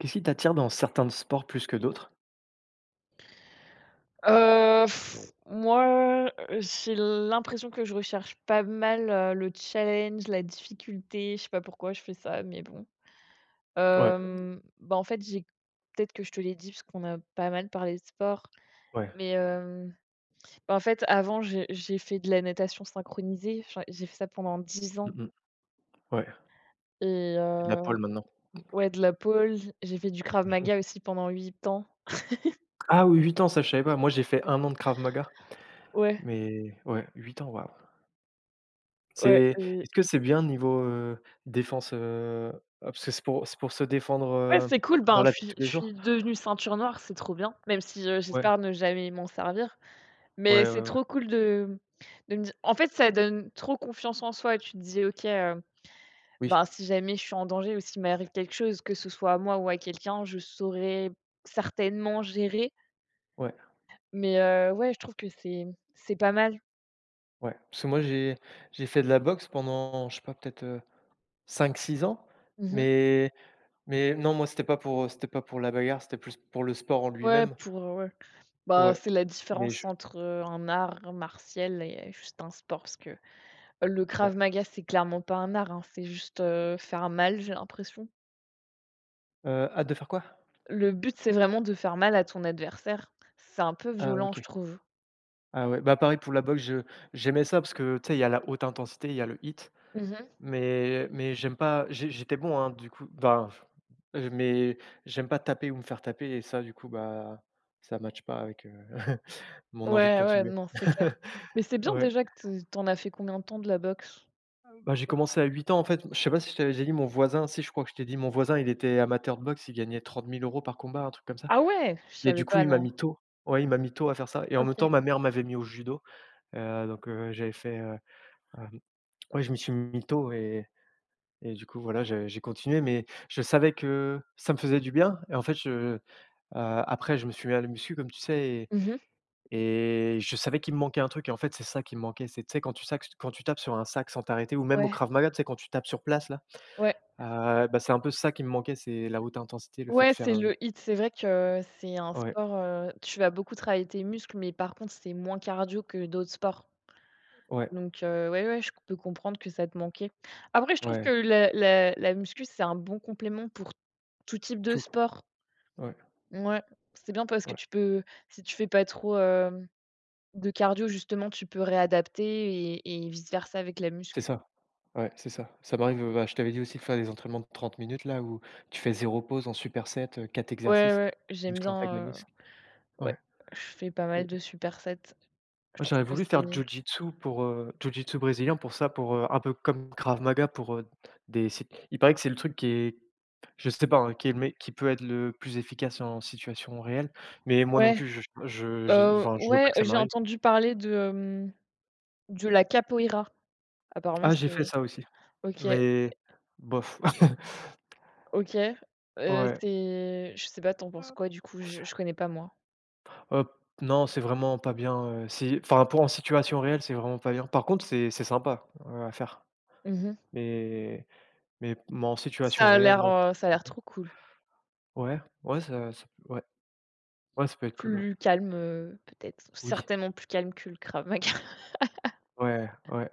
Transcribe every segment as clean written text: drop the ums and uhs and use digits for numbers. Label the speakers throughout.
Speaker 1: Qu'est-ce qui t'attire dans certains sports plus que d'autres?
Speaker 2: Heu, Moi, j'ai l'impression que je recherche pas mal, le challenge, la difficulté. Je sais pas pourquoi je fais ça, mais bon.
Speaker 1: Ouais,
Speaker 2: Bah, en fait, j'ai peut-être que je te l'ai dit parce qu'on a pas mal parlé de sport,
Speaker 1: ouais.
Speaker 2: mais, bah, en fait, avant, j'ai fait de la natation synchronisée. J'en j'ai fait ça pendant 10 ans
Speaker 1: Mmh mh. Ouais.
Speaker 2: et
Speaker 1: C'est de la pole maintenant.
Speaker 2: ouais, de la pole. J'ai fait du Krav Maga aussi pendant 8 ans.
Speaker 1: Ah oui, 8 ans, ça je savais pas. Moi, j'ai fait un an de Krav Maga,
Speaker 2: Ouais,
Speaker 1: mais ouais, 8 ans, waouh.
Speaker 2: ouais,
Speaker 1: C'est est-ce que c'est bien niveau, défense? Ah parce que c'est pour se défendre,
Speaker 2: ouais, c'est cool,
Speaker 1: dans
Speaker 2: ben, je
Speaker 1: la vie de
Speaker 2: suis
Speaker 1: tous
Speaker 2: je
Speaker 1: les
Speaker 2: suis
Speaker 1: jours?
Speaker 2: devenue ceinture noire, c'est trop bien, même si,
Speaker 1: Ouais,
Speaker 2: j'espère ne jamais m'en servir. Mais
Speaker 1: ouais,
Speaker 2: c'est
Speaker 1: ouais, ouais.
Speaker 2: trop cool de me di en fait, ça donne trop confiance en soi. Tu te dis: «OK,
Speaker 1: Oui,
Speaker 2: ben, si jamais je suis en danger ou s'il m'arrive quelque chose, que ce soit à moi ou à quelqu'un, je saurais certainement gérer».
Speaker 1: ouais,
Speaker 2: Mais ouais, je trouve que c'est pas mal.
Speaker 1: ouais. Parce que moi, j'ai fait de la boxe pendant, je sais pas, peut-être, 5-6 ans,
Speaker 2: Mmh.
Speaker 1: mais mais non, moi, c'était pas pour la bagarre, c'était plus pour le sport en
Speaker 2: Ouais,
Speaker 1: lui-même.
Speaker 2: pour, ouais. Bah,
Speaker 1: Ouais,
Speaker 2: c'est la
Speaker 1: mais
Speaker 2: différence
Speaker 1: je
Speaker 2: entre, un art martial et juste un sport parce que... Le Krav
Speaker 1: ouais.
Speaker 2: Maga, c'est clairement pas un art, hein, c'est juste, faire mal, j'ai l'impression.
Speaker 1: Hâte de faire quoi?
Speaker 2: Le but, c'est vraiment de faire mal à ton adversaire. C'est un peu
Speaker 1: Ah
Speaker 2: violent, je
Speaker 1: OK.
Speaker 2: trouve.
Speaker 1: Ah ouais, bah, pareil pour la boxe, je j'aimais ça parce que, tu sais, il y a la haute intensité, il y a le hit,
Speaker 2: Mmh.
Speaker 1: mais j'aime pas j'ai j'étais bon, hein, du coup, ben, mais j'aime pas taper ou me faire taper et ça, du coup, bah, ça matche pas avec, mon envie de
Speaker 2: Ouais, ouais,
Speaker 1: continuer.
Speaker 2: non, c'est clair. Mais c'est bien
Speaker 1: Ouais.
Speaker 2: déjà que tu as fait combien de temps de la boxe?
Speaker 1: Bah, j'ai commencé à 8 ans, en fait. Je sais pas si je t'avais déjà dit mon voisin si, je crois que je t'ai dit, mon voisin, il était amateur de boxe, il gagnait 30 000 € par combat, un truc comme ça
Speaker 2: Ah ouais! Je
Speaker 1: et du
Speaker 2: savais
Speaker 1: coup,
Speaker 2: pas,
Speaker 1: il m'a
Speaker 2: non.
Speaker 1: mis tôt, ouais, il m'a mis tôt à faire ça et en même
Speaker 2: OK.
Speaker 1: temps, ma mère m'avait mis au judo. Donc j'avais fait, hem, ouais, je m'y suis mis tôt et du coup, voilà, j'ai continué, mais je savais que ça me faisait du bien et en fait, je après, je me suis mis à la muscu, comme tu sais et
Speaker 2: Mmh.
Speaker 1: je savais qu'il me manquait un truc et en fait, c'est ça qui me manquait. C'est, tu sais, quand tu tapes sur un sac sans t'arrêter ou même au
Speaker 2: Ouais,
Speaker 1: Krav Maga, tu sais, quand tu tapes sur place, là,
Speaker 2: ouais.
Speaker 1: bah, c'est un peu ça qui me manquait, c'est la haute intensité, le fait de
Speaker 2: Ouais,
Speaker 1: faire
Speaker 2: c'est le hit. C'est vrai que c'est un
Speaker 1: ouais,
Speaker 2: sport, tu vas beaucoup travailler tes muscles, mais par contre, c'est moins cardio que d'autres sports.
Speaker 1: ouais,
Speaker 2: Donc ouais, ouais, je peux comprendre que ça te manquait. Après, je trouve que
Speaker 1: ouais,
Speaker 2: la muscu, c'est un bon complément pour tout type de
Speaker 1: tout,
Speaker 2: sport.
Speaker 1: ouais,
Speaker 2: Ouais, c'est bien parce que
Speaker 1: ouais.
Speaker 2: tu peux, si tu fais pas trop, de cardio, justement, tu peux réadapter et vice versa avec la
Speaker 1: C'est
Speaker 2: muscu.
Speaker 1: ça. Ouais, c'est ça. Ça m'arrive, bah, je t'avais dit aussi de faire des entraînements de 30 minutes là où tu fais zéro pause en superset, 4
Speaker 2: Ouais,
Speaker 1: exercices,
Speaker 2: ouais, j'aime
Speaker 1: muscles
Speaker 2: bien,
Speaker 1: antagonistes.
Speaker 2: ouais,
Speaker 1: Ouais.
Speaker 2: je fais pas mal
Speaker 1: Et
Speaker 2: de supersets. Je
Speaker 1: moi
Speaker 2: trouve
Speaker 1: j'aurais
Speaker 2: que
Speaker 1: voulu faire du
Speaker 2: c'est
Speaker 1: jiu-jitsu pour, jiu-jitsu brésilien pour ça, pour, un peu comme Krav Maga pour, des sit il paraît que c'est le truc qui est je sais pas, hein, qui peut être le plus efficace en situation réelle, mais moi non
Speaker 2: Ouais,
Speaker 1: plus je j'ai enfin je veux pas
Speaker 2: ouais,
Speaker 1: que ça
Speaker 2: j'ai
Speaker 1: m'arrive.
Speaker 2: entendu parler de, de la capoeira. Apparemment,
Speaker 1: Ah j'ai fait
Speaker 2: c'est...
Speaker 1: ça aussi,
Speaker 2: OK.
Speaker 1: mais bof.
Speaker 2: OK,
Speaker 1: Ouais.
Speaker 2: c'est... Je sais pas, t'en penses quoi du coup? Je connais pas, moi.
Speaker 1: Heu, non, c'est vraiment pas bien, si enfin, pour en situation réelle, c'est vraiment pas bien. Par contre, c'est sympa, à faire,
Speaker 2: Mmh.
Speaker 1: mais mais en
Speaker 2: Ça
Speaker 1: situation
Speaker 2: a
Speaker 1: réelle,
Speaker 2: l'air,
Speaker 1: non. C'est pas bien.
Speaker 2: trop cool.
Speaker 1: Ouais, ouais, ça ça peut ouais, ouais, ça peut être cool, ouais.
Speaker 2: Plus calme, peut-être,
Speaker 1: Oui,
Speaker 2: certainement plus calme que le Krav Maga.
Speaker 1: ouais, ouais.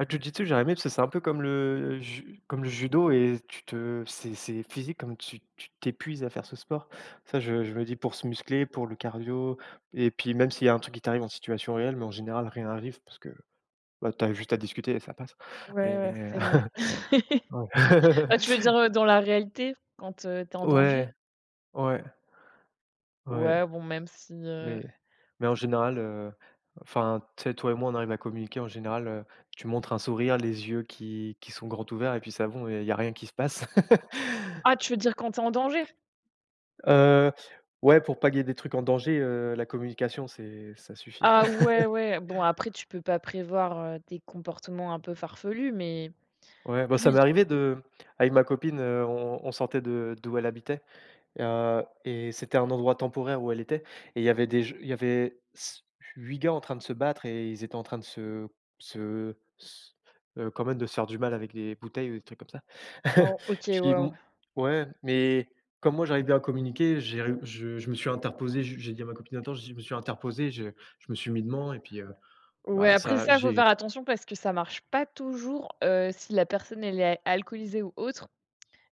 Speaker 1: Ah, Jiu-Jitsu, j'aurais aimé parce que c'est un peu comme le judo et tu te c'est physique comme tu t'épuises à faire ce sport. Ça, je me dis pour se muscler, pour le cardio et puis même s'il y a un truc qui t'arrive en situation réelle, mais en général, rien arrive parce que bah, tu as juste à discuter et ça passe.
Speaker 2: Ouais, ouais,
Speaker 1: Mais
Speaker 2: c'est vrai.
Speaker 1: ouais.
Speaker 2: Ah, tu veux dire, dans la réalité, quand, tu en danger?
Speaker 1: Ouais, ouais, ouais,
Speaker 2: Ouais, bon, même si,
Speaker 1: mais mais en général, enfin, tu sais, toi et moi, on arrive à communiquer en général, tu montres un sourire, les yeux qui sont grands ouverts et puis ça bon il y a rien qui se passe.
Speaker 2: ah, tu veux dire quand t'es en danger?
Speaker 1: Heu, ouais, pour pas qu'il y ait des trucs en danger, la communication, c'est ça suffit.
Speaker 2: Ah ouais, ouais, bon, après, tu peux pas prévoir, des comportements un peu farfelus, mais
Speaker 1: Ouais, bah, ça
Speaker 2: oui,
Speaker 1: m'est arrivé de avec ma copine, on sortait de d'où elle habitait. Et c'était un endroit temporaire où elle était et il y avait des je il y avait s 8 gars en train de se battre et ils étaient en train de se se s quand même de se faire du mal avec des bouteilles ou des trucs comme ça.
Speaker 2: oh, OK, ouais,
Speaker 1: Puis
Speaker 2: ouais.
Speaker 1: bon ouais, mais comme moi j'arrive bien à communiquer, j'ai réu je me suis interposé, j'ai dit à ma copine: «Attends», je me suis interposé, je me suis mis devant et puis,
Speaker 2: Ouais,
Speaker 1: bah,
Speaker 2: après
Speaker 1: ça
Speaker 2: ça, faut faire
Speaker 1: j'ai
Speaker 2: attention parce que ça marche pas toujours, si la personne elle est alcoolisée ou autre.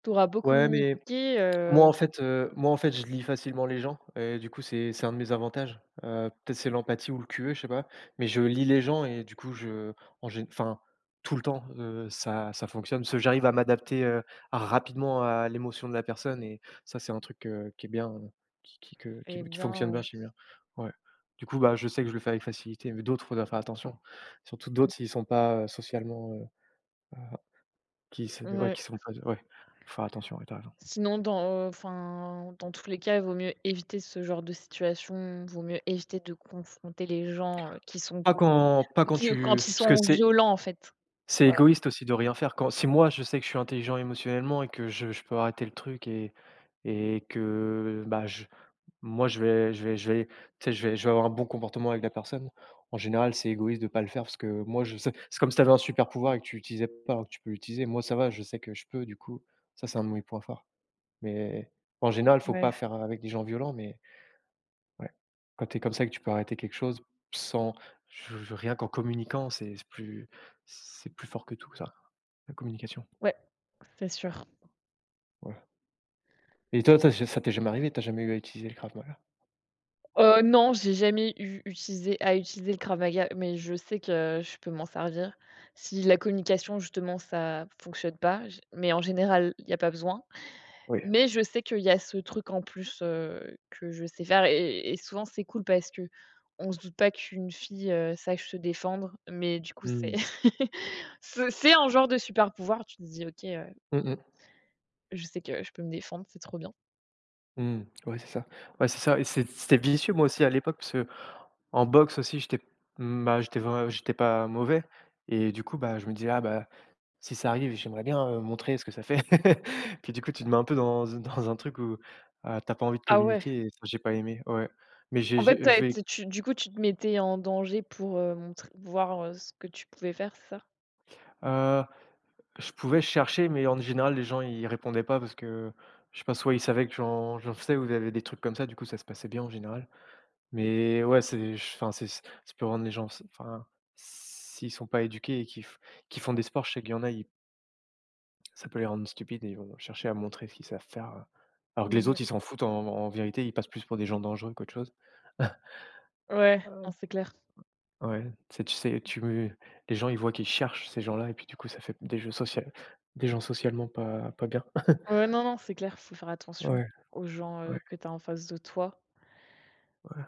Speaker 2: Tu auras beau
Speaker 1: ouais, mais
Speaker 2: communiquer,
Speaker 1: moi, en fait, je lis facilement les gens et du coup, c'est un de mes avantages. Peut-être c'est l'empathie ou le QE, je sais pas, mais je lis les gens et du coup, je en gé enfin, tout le temps, ça fonctionne. Parce que j'arrive à m'adapter, rapidement à l'émotion de la personne et ça, c'est un truc, qui est bien, qui que
Speaker 2: et
Speaker 1: qui
Speaker 2: bien,
Speaker 1: fonctionne bien
Speaker 2: ouais.
Speaker 1: chez bien. Ouais. Du coup, bah, je sais que je le fais avec facilité, mais d'autres, faut leur faire attention. Surtout
Speaker 2: Mmh.
Speaker 1: d'autres, s'ils sont pas, socialement, heu, qui se ouais,
Speaker 2: Ouais.
Speaker 1: qui sont pas ouais, faut faire attention, ouais, tu as raison.
Speaker 2: Sinon dans... enfin, dans tous les cas, il vaut mieux éviter ce genre de situation, vaut mieux éviter de confronter les gens, qui sont
Speaker 1: Pas quand pas quand
Speaker 2: qui
Speaker 1: tu
Speaker 2: quand ils
Speaker 1: Parce que
Speaker 2: sont
Speaker 1: c'est
Speaker 2: violents, en fait.
Speaker 1: c'est
Speaker 2: Voilà,
Speaker 1: égoïste aussi de rien faire. Quand Si moi, je sais que je suis intelligent émotionnellement et que je peux arrêter le truc et que, bah, je moi, je vais, tu sais, je vais avoir un bon comportement avec la personne. En général, c'est égoïste de pas le faire parce que moi, je sais c'est comme si tu avais un super pouvoir et que tu l'utilisais pas alors que tu peux l'utiliser. Moi, ça va, je sais que je peux, du coup, ça, c'est un de mes points forts. Mais en général, faut pas
Speaker 2: ouais,
Speaker 1: faire avec des gens violents, mais ouais. Quand tu es comme ça et que tu peux arrêter quelque chose sans je je rien qu'en communiquant, c'est plus fort que tout ça, la communication.
Speaker 2: ouais, c'est sûr.
Speaker 1: Ouais. Et toi, ça t'est jamais arrivé? T'as jamais eu à utiliser le Krav Maga?
Speaker 2: Non, j'ai jamais eu utilisé à utiliser le Krav Maga, mais je sais que je peux m'en servir. Si la communication justement ça fonctionne pas, j mais en général, il y a pas besoin.
Speaker 1: Oui.
Speaker 2: Mais je sais qu'il y a ce truc en plus, que je sais faire, et souvent c'est cool parce que on se doute pas qu'une fille, sache se défendre, mais du coup c'est
Speaker 1: Mmh.
Speaker 2: c'est un genre de super pouvoir. Tu te dis: «OK,
Speaker 1: Mmh mh.
Speaker 2: je sais que je peux me défendre, c'est trop bien».
Speaker 1: Mmh. Ouais, c'est ça. Ouais, c'est ça et c'était vicieux moi aussi à l'époque parce qu'en boxe aussi j'étais, mmh, bah, j'étais pas mauvais et du coup, bah, je me disais: «Ah bah, si ça arrive, j'aimerais bien, montrer ce que ça fait.» Puis du coup, tu te mets un peu dans un truc où, tu pas envie de
Speaker 2: Ah ouais.
Speaker 1: communiquer et ça, j'ai pas aimé, ouais. Mais j'ai
Speaker 2: En
Speaker 1: je
Speaker 2: fait, tu
Speaker 1: vais,
Speaker 2: été tu du coup, tu te mettais en danger pour, montr voir, ce que tu pouvais faire, c'est ça?
Speaker 1: heu, je pouvais chercher, mais en général, les gens, ils répondaient pas parce que, je sais pas, soit ils savaient que j'en faisais ou il y avait des trucs comme ça, du coup, ça se passait bien en général. Mais ouais, c'est ça peut rendre les gens enfin, s'ils sont pas éduqués et qui font des sports, je sais qu'il y en a, ils. Ça peut les rendre stupides et ils vont chercher à montrer ce qu'ils savent faire, alors que les
Speaker 2: Mmh.
Speaker 1: autres, ils s'en foutent en vérité, ils passent plus pour des gens dangereux qu'autre chose.
Speaker 2: Ouais, non,
Speaker 1: Heu
Speaker 2: c'est clair.
Speaker 1: ouais, c'est tu sais, tu me les gens, ils voient qu'ils cherchent ces gens-là et puis du coup, ça fait des jeux sociaux, des gens socialement pas bien.
Speaker 2: Ouais, non, non, c'est clair, faut faire attention
Speaker 1: Ouais,
Speaker 2: aux gens,
Speaker 1: ouais,
Speaker 2: que tu as en face de toi,
Speaker 1: ouais,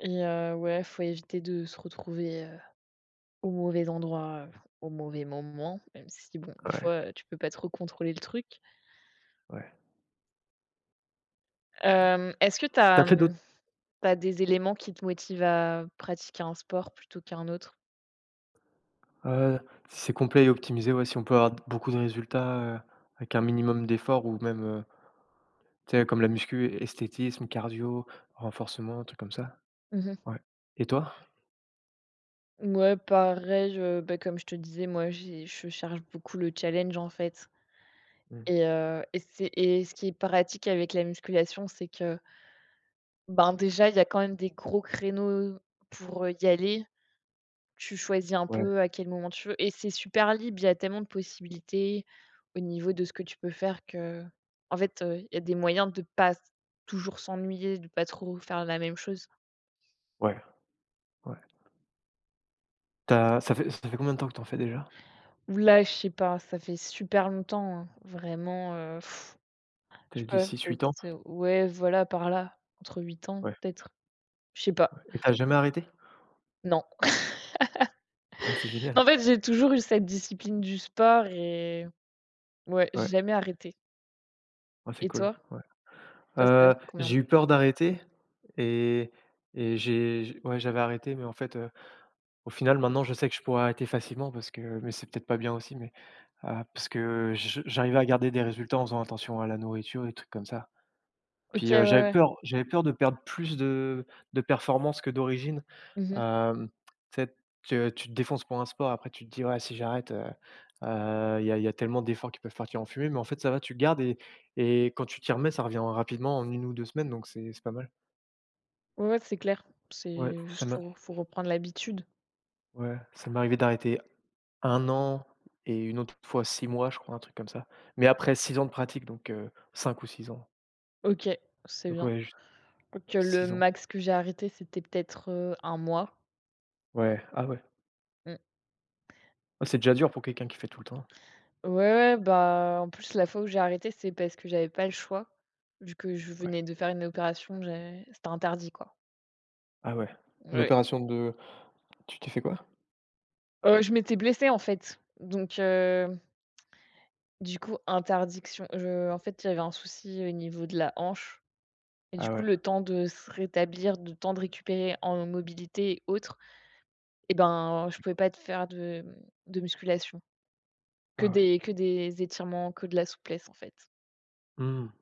Speaker 2: et ouais, faut éviter de se retrouver, au mauvais endroit, au mauvais moment, même si bon, des
Speaker 1: ouais,
Speaker 2: fois, tu peux pas trop contrôler le truc.
Speaker 1: ouais.
Speaker 2: Est-ce que tu
Speaker 1: Tu
Speaker 2: as,
Speaker 1: fait d'autres
Speaker 2: des éléments qui te motivent à pratiquer un sport plutôt qu'un autre?
Speaker 1: heu, Si c'est complet et optimisé, ouais, si on peut avoir beaucoup de résultats, avec un minimum d'efforts ou même, tu sais, comme la muscu, esthétisme, cardio, renforcement, un truc comme ça.
Speaker 2: Mmh.
Speaker 1: Ouais. Et toi?
Speaker 2: Ouais, pareil, je bah, comme je te disais, moi, j'ai je cherche beaucoup le challenge, en fait,
Speaker 1: Mmh.
Speaker 2: et c'est... ce qui est pratique avec la musculation, c'est que, ben, déjà, il y a quand même des gros créneaux pour, y aller. Tu choisis un
Speaker 1: Ouais,
Speaker 2: peu à quel moment tu veux et c'est super libre. Il y a tellement de possibilités au niveau de ce que tu peux faire que, en fait, il y a des moyens de pas toujours s'ennuyer, de pas trop faire la même chose.
Speaker 1: ouais, ouais. T'as ça fait combien de temps que t'en fais déjà?
Speaker 2: Ou là, je sais pas, ça fait super longtemps, hein, vraiment, je
Speaker 1: Tu as
Speaker 2: sais
Speaker 1: dit
Speaker 2: pas,
Speaker 1: 6-8
Speaker 2: peut-être,
Speaker 1: ans?
Speaker 2: ouais, voilà, par là, entre 8 ans,
Speaker 1: Ouais,
Speaker 2: peut-être? Je sais
Speaker 1: ouais.
Speaker 2: pas,
Speaker 1: Et t'as jamais arrêté?
Speaker 2: non.
Speaker 1: Ouais, c'est génial.
Speaker 2: En fait, j'ai toujours eu cette discipline du sport, et ouais, j'ai
Speaker 1: Ouais,
Speaker 2: jamais arrêté.
Speaker 1: ouais, c'est
Speaker 2: Et
Speaker 1: cool,
Speaker 2: toi?
Speaker 1: ouais.
Speaker 2: Toi, ça fait combien de
Speaker 1: J'ai
Speaker 2: temps?
Speaker 1: eu peur d'arrêter et et j'ai j ouais, j'avais arrêté, mais en fait, au final, maintenant, je sais que je pourrais arrêter facilement parce que mais c'est peut-être pas bien aussi, mais, parce que je j'arrivais à garder des résultats en faisant attention à la nourriture, des trucs comme ça.
Speaker 2: OK,
Speaker 1: Puis,
Speaker 2: ouais, ouais.
Speaker 1: j'avais peur de perdre plus de performance que d'origine.
Speaker 2: Mmh mh.
Speaker 1: Hem, tu sais, que tu te défonces pour un sport, après tu te dis: «Ouais, si j'arrête, il y a tellement d'efforts qui peuvent partir en fumée», mais en fait, ça va, tu gardes et quand tu t'y remets, ça revient rapidement en une ou 2 semaines, donc c'est pas mal.
Speaker 2: Ouais, ouais, c'est clair.
Speaker 1: Ouais,
Speaker 2: C'est juste, faut reprendre l'habitude.
Speaker 1: ça m'est arrivé d'arrêter un an et une autre fois 6 mois, je crois, un truc comme ça, mais après 6 ans de pratique, donc 5 ou 6 ans,
Speaker 2: OK, c'est
Speaker 1: donc
Speaker 2: bien.
Speaker 1: ouais, juste
Speaker 2: Donc le
Speaker 1: 6 ans.
Speaker 2: max que j'ai arrêté, c'était peut-être, un mois.
Speaker 1: Ouais, ah ouais.
Speaker 2: Mmh.
Speaker 1: Ah, c'est déjà dur pour quelqu'un qui fait tout le temps.
Speaker 2: Ouais, ouais, bah, en plus, la fois où j'ai arrêté, c'est parce que j'avais pas le choix, vu que je
Speaker 1: Ouais.
Speaker 2: venais de faire une opération, j'ai c'était interdit, quoi.
Speaker 1: Ah ouais. Une
Speaker 2: Ouais.
Speaker 1: opération de Tu t'es fait quoi?
Speaker 2: Je m'étais blessée, en fait, donc du coup, interdiction. Je En fait, il y avait un souci au niveau de la hanche et du
Speaker 1: Ah
Speaker 2: coup,
Speaker 1: ouais,
Speaker 2: le temps de se rétablir, le temps de récupérer en mobilité et autres, et ben, je pouvais pas te faire de, de musculation. Que
Speaker 1: ah ouais.
Speaker 2: des que des étirements, que de la souplesse, en fait.
Speaker 1: Mmh.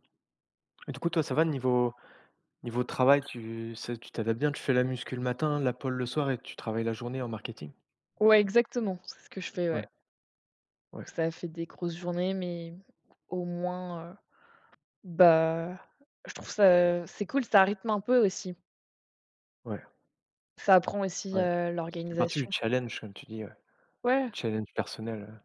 Speaker 1: Et du coup, toi, ça va niveau niveau travail, tu t'adaptes bien, tu fais la muscu le matin, la pole le soir et tu travailles la journée en marketing?
Speaker 2: Ouais, exactement, c'est ce que je fais,
Speaker 1: Ouais,
Speaker 2: ouais. Du
Speaker 1: ouais,
Speaker 2: coup, ça fait des grosses journées, mais au moins, bah, je trouve ça, c'est cool, ça rythme un peu aussi.
Speaker 1: ouais,
Speaker 2: Ça apprend aussi,
Speaker 1: ouais. Ça fait partie du
Speaker 2: l'organisation.
Speaker 1: challenge, comme tu dis, ouais.
Speaker 2: Ouais.
Speaker 1: Challenge personnel,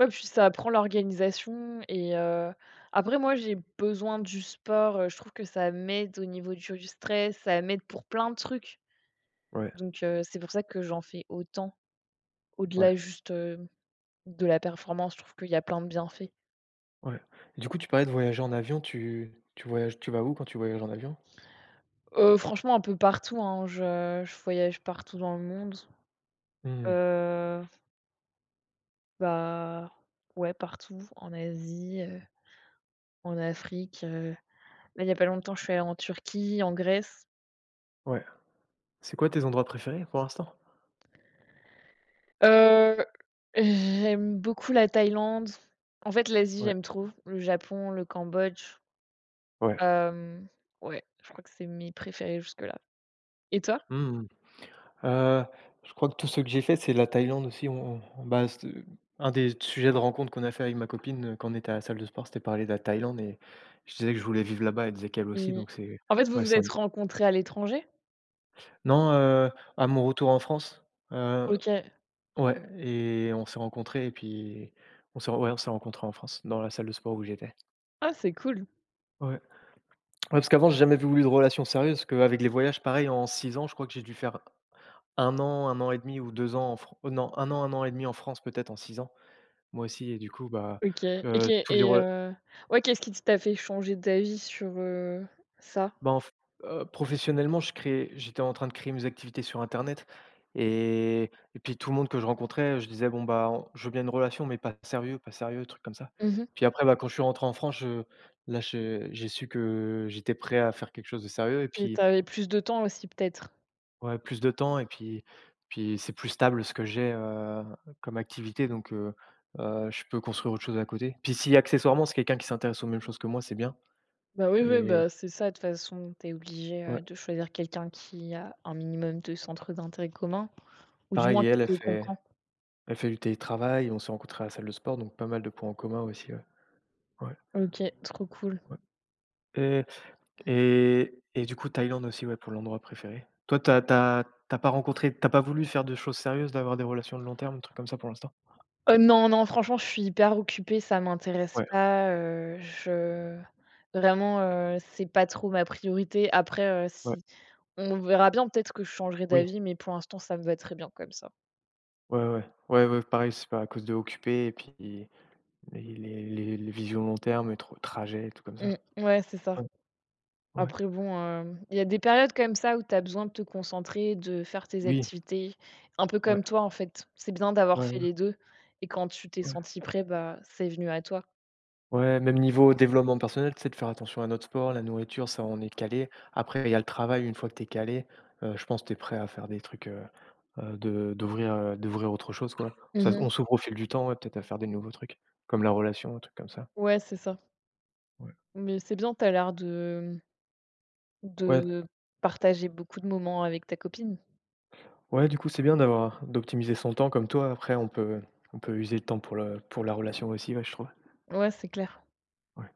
Speaker 2: Ouais, puis ça apprend l'organisation et après moi j'ai besoin du sport, je trouve que ça m'aide au niveau du stress, ça m'aide pour plein de trucs.
Speaker 1: ouais,
Speaker 2: Donc c'est pour ça que j'en fais autant,
Speaker 1: ouais,
Speaker 2: au-delà juste, de la performance, je trouve qu'il y a plein de bienfaits.
Speaker 1: ouais. Et du coup, tu parlais de voyager en avion, tu vas où quand tu voyages en avion?
Speaker 2: Franchement, un peu partout, hein, je voyage partout dans le monde.
Speaker 1: Mmh.
Speaker 2: Heu, Bah, ouais, partout, en Asie, en Afrique, là il y a pas longtemps je suis allée en Turquie, en Grèce.
Speaker 1: Ouais. C'est quoi tes endroits préférés pour l'instant?
Speaker 2: Heu, J'aime beaucoup la Thaïlande. En fait, l'Asie,
Speaker 1: Ouais,
Speaker 2: j'aime trop. Le Japon, le Cambodge,
Speaker 1: ouais.
Speaker 2: hem, ouais, je crois que c'est mes préférés jusque-là. Et toi?
Speaker 1: Mmh. Heu, je crois que tout ce que j'ai fait, c'est la Thaïlande aussi. On- bah, c Un des sujets de rencontre qu'on a fait avec ma copine, quand on était à la salle de sport, c'était parler de la Thaïlande, et je disais que je voulais vivre là-bas, elle disait qu'elle aussi,
Speaker 2: Et
Speaker 1: donc c'est
Speaker 2: en fait, vous
Speaker 1: ouais,
Speaker 2: vous
Speaker 1: c'est un
Speaker 2: êtes rencontrés à l'étranger?
Speaker 1: non, à mon retour en France, heu,
Speaker 2: OK.
Speaker 1: ouais, et on s'est rencontrés, et puis on s'est rencontrés en France, dans la salle de sport où j'étais.
Speaker 2: Ah, c'est cool.
Speaker 1: Ouais. Ouais, parce qu'avant, j'ai jamais voulu de relation sérieuse, parce qu'avec les voyages, pareil, en 6 ans, je crois que j'ai dû faire un an et demi ou 2 ans en Fran oh non, 1 an, un an et demi en France peut-être en 6 ans. Moi aussi, et du coup, bah,
Speaker 2: OK. Et qu'est
Speaker 1: tous les
Speaker 2: et
Speaker 1: re
Speaker 2: Ouais, qu'est-ce qui t'a fait changer d'avis sur, ça?
Speaker 1: bah, en f professionnellement, je créais j'étais en train de créer mes activités sur internet, et et puis tout le monde que je rencontrais, je disais: «Bon, bah, on je veux bien une relation, mais pas sérieux, pas sérieux», truc comme ça.
Speaker 2: Mmh.
Speaker 1: Puis après, bah, quand je suis rentré en France, je là, je j'ai su que j'étais prêt à faire quelque chose de sérieux, et
Speaker 2: Et
Speaker 1: puis
Speaker 2: t'avais plus de temps aussi peut-être?
Speaker 1: ouais, plus de temps, et puis c'est plus stable ce que j'ai, comme activité, donc je peux construire autre chose à côté. Puis si accessoirement, c'est quelqu'un qui s'intéresse aux mêmes choses que moi, c'est bien,
Speaker 2: Bah, oui, oui,
Speaker 1: et
Speaker 2: bah, c'est ça, de toute façon, t'es obligé,
Speaker 1: ouais.
Speaker 2: de choisir quelqu'un qui a un minimum de centres d'intérêt communs. Ou du
Speaker 1: Pareil,
Speaker 2: moins,
Speaker 1: et
Speaker 2: qui
Speaker 1: elle, elle
Speaker 2: te
Speaker 1: fait
Speaker 2: comprend.
Speaker 1: elle fait du télétravail, on s'est rencontrés à la salle de sport, donc pas mal de points en commun aussi, ouais. Ouais,
Speaker 2: OK, trop cool.
Speaker 1: ouais. Et et du coup, Thaïlande aussi, ouais, pour l'endroit préféré. Toi, t'as pas voulu faire de choses sérieuses, d'avoir des relations de long terme, un truc comme ça pour l'instant?
Speaker 2: Non, non, franchement, je suis hyper occupée, ça m'intéresse
Speaker 1: Ouais,
Speaker 2: pas, je vraiment, c'est pas trop ma priorité. Après,
Speaker 1: ouais,
Speaker 2: si, on verra bien, peut-être que je changerai
Speaker 1: oui,
Speaker 2: d'avis, mais pour l'instant, ça me va très bien comme ça.
Speaker 1: ouais, ouais, ouais, ouais, pareil, c'est pas à cause de occupé, et puis les les visions long terme et trop trajets et tout comme
Speaker 2: Mmh,
Speaker 1: ça.
Speaker 2: ouais, c'est ça.
Speaker 1: Ouais, ouais,
Speaker 2: Après bon, il y a des périodes comme ça où tu as besoin de te concentrer, de faire tes
Speaker 1: oui,
Speaker 2: activités, un peu
Speaker 1: ouais,
Speaker 2: comme toi, en fait. C'est bien d'avoir
Speaker 1: ouais,
Speaker 2: fait
Speaker 1: ouais,
Speaker 2: les 2. Et quand tu t'es
Speaker 1: ouais.
Speaker 2: senti prêt, bah, c'est venu à toi.
Speaker 1: Ouais, même niveau développement personnel, tu sais, de faire attention à notre sport, la nourriture, ça, on est calé. Après, il y a le travail, une fois que tu es calé, je pense que tu es prêt à faire des trucs, de d'ouvrir, d'ouvrir autre chose, quoi. Ça
Speaker 2: Mmh.
Speaker 1: on s'ouvre au fil du temps, ouais, peut-être à faire des nouveaux trucs, comme la relation, un truc comme ça.
Speaker 2: Ouais, c'est ça.
Speaker 1: Ouais.
Speaker 2: Mais c'est bien, tu as l'air de
Speaker 1: Ouais,
Speaker 2: de partager beaucoup de moments avec ta copine.
Speaker 1: ouais, du coup, c'est bien d'avoir d'optimiser son temps comme toi. Après, on peut user le temps pour le pour la relation aussi, ouais, je trouve.
Speaker 2: Ouais, c'est clair.
Speaker 1: Ouais.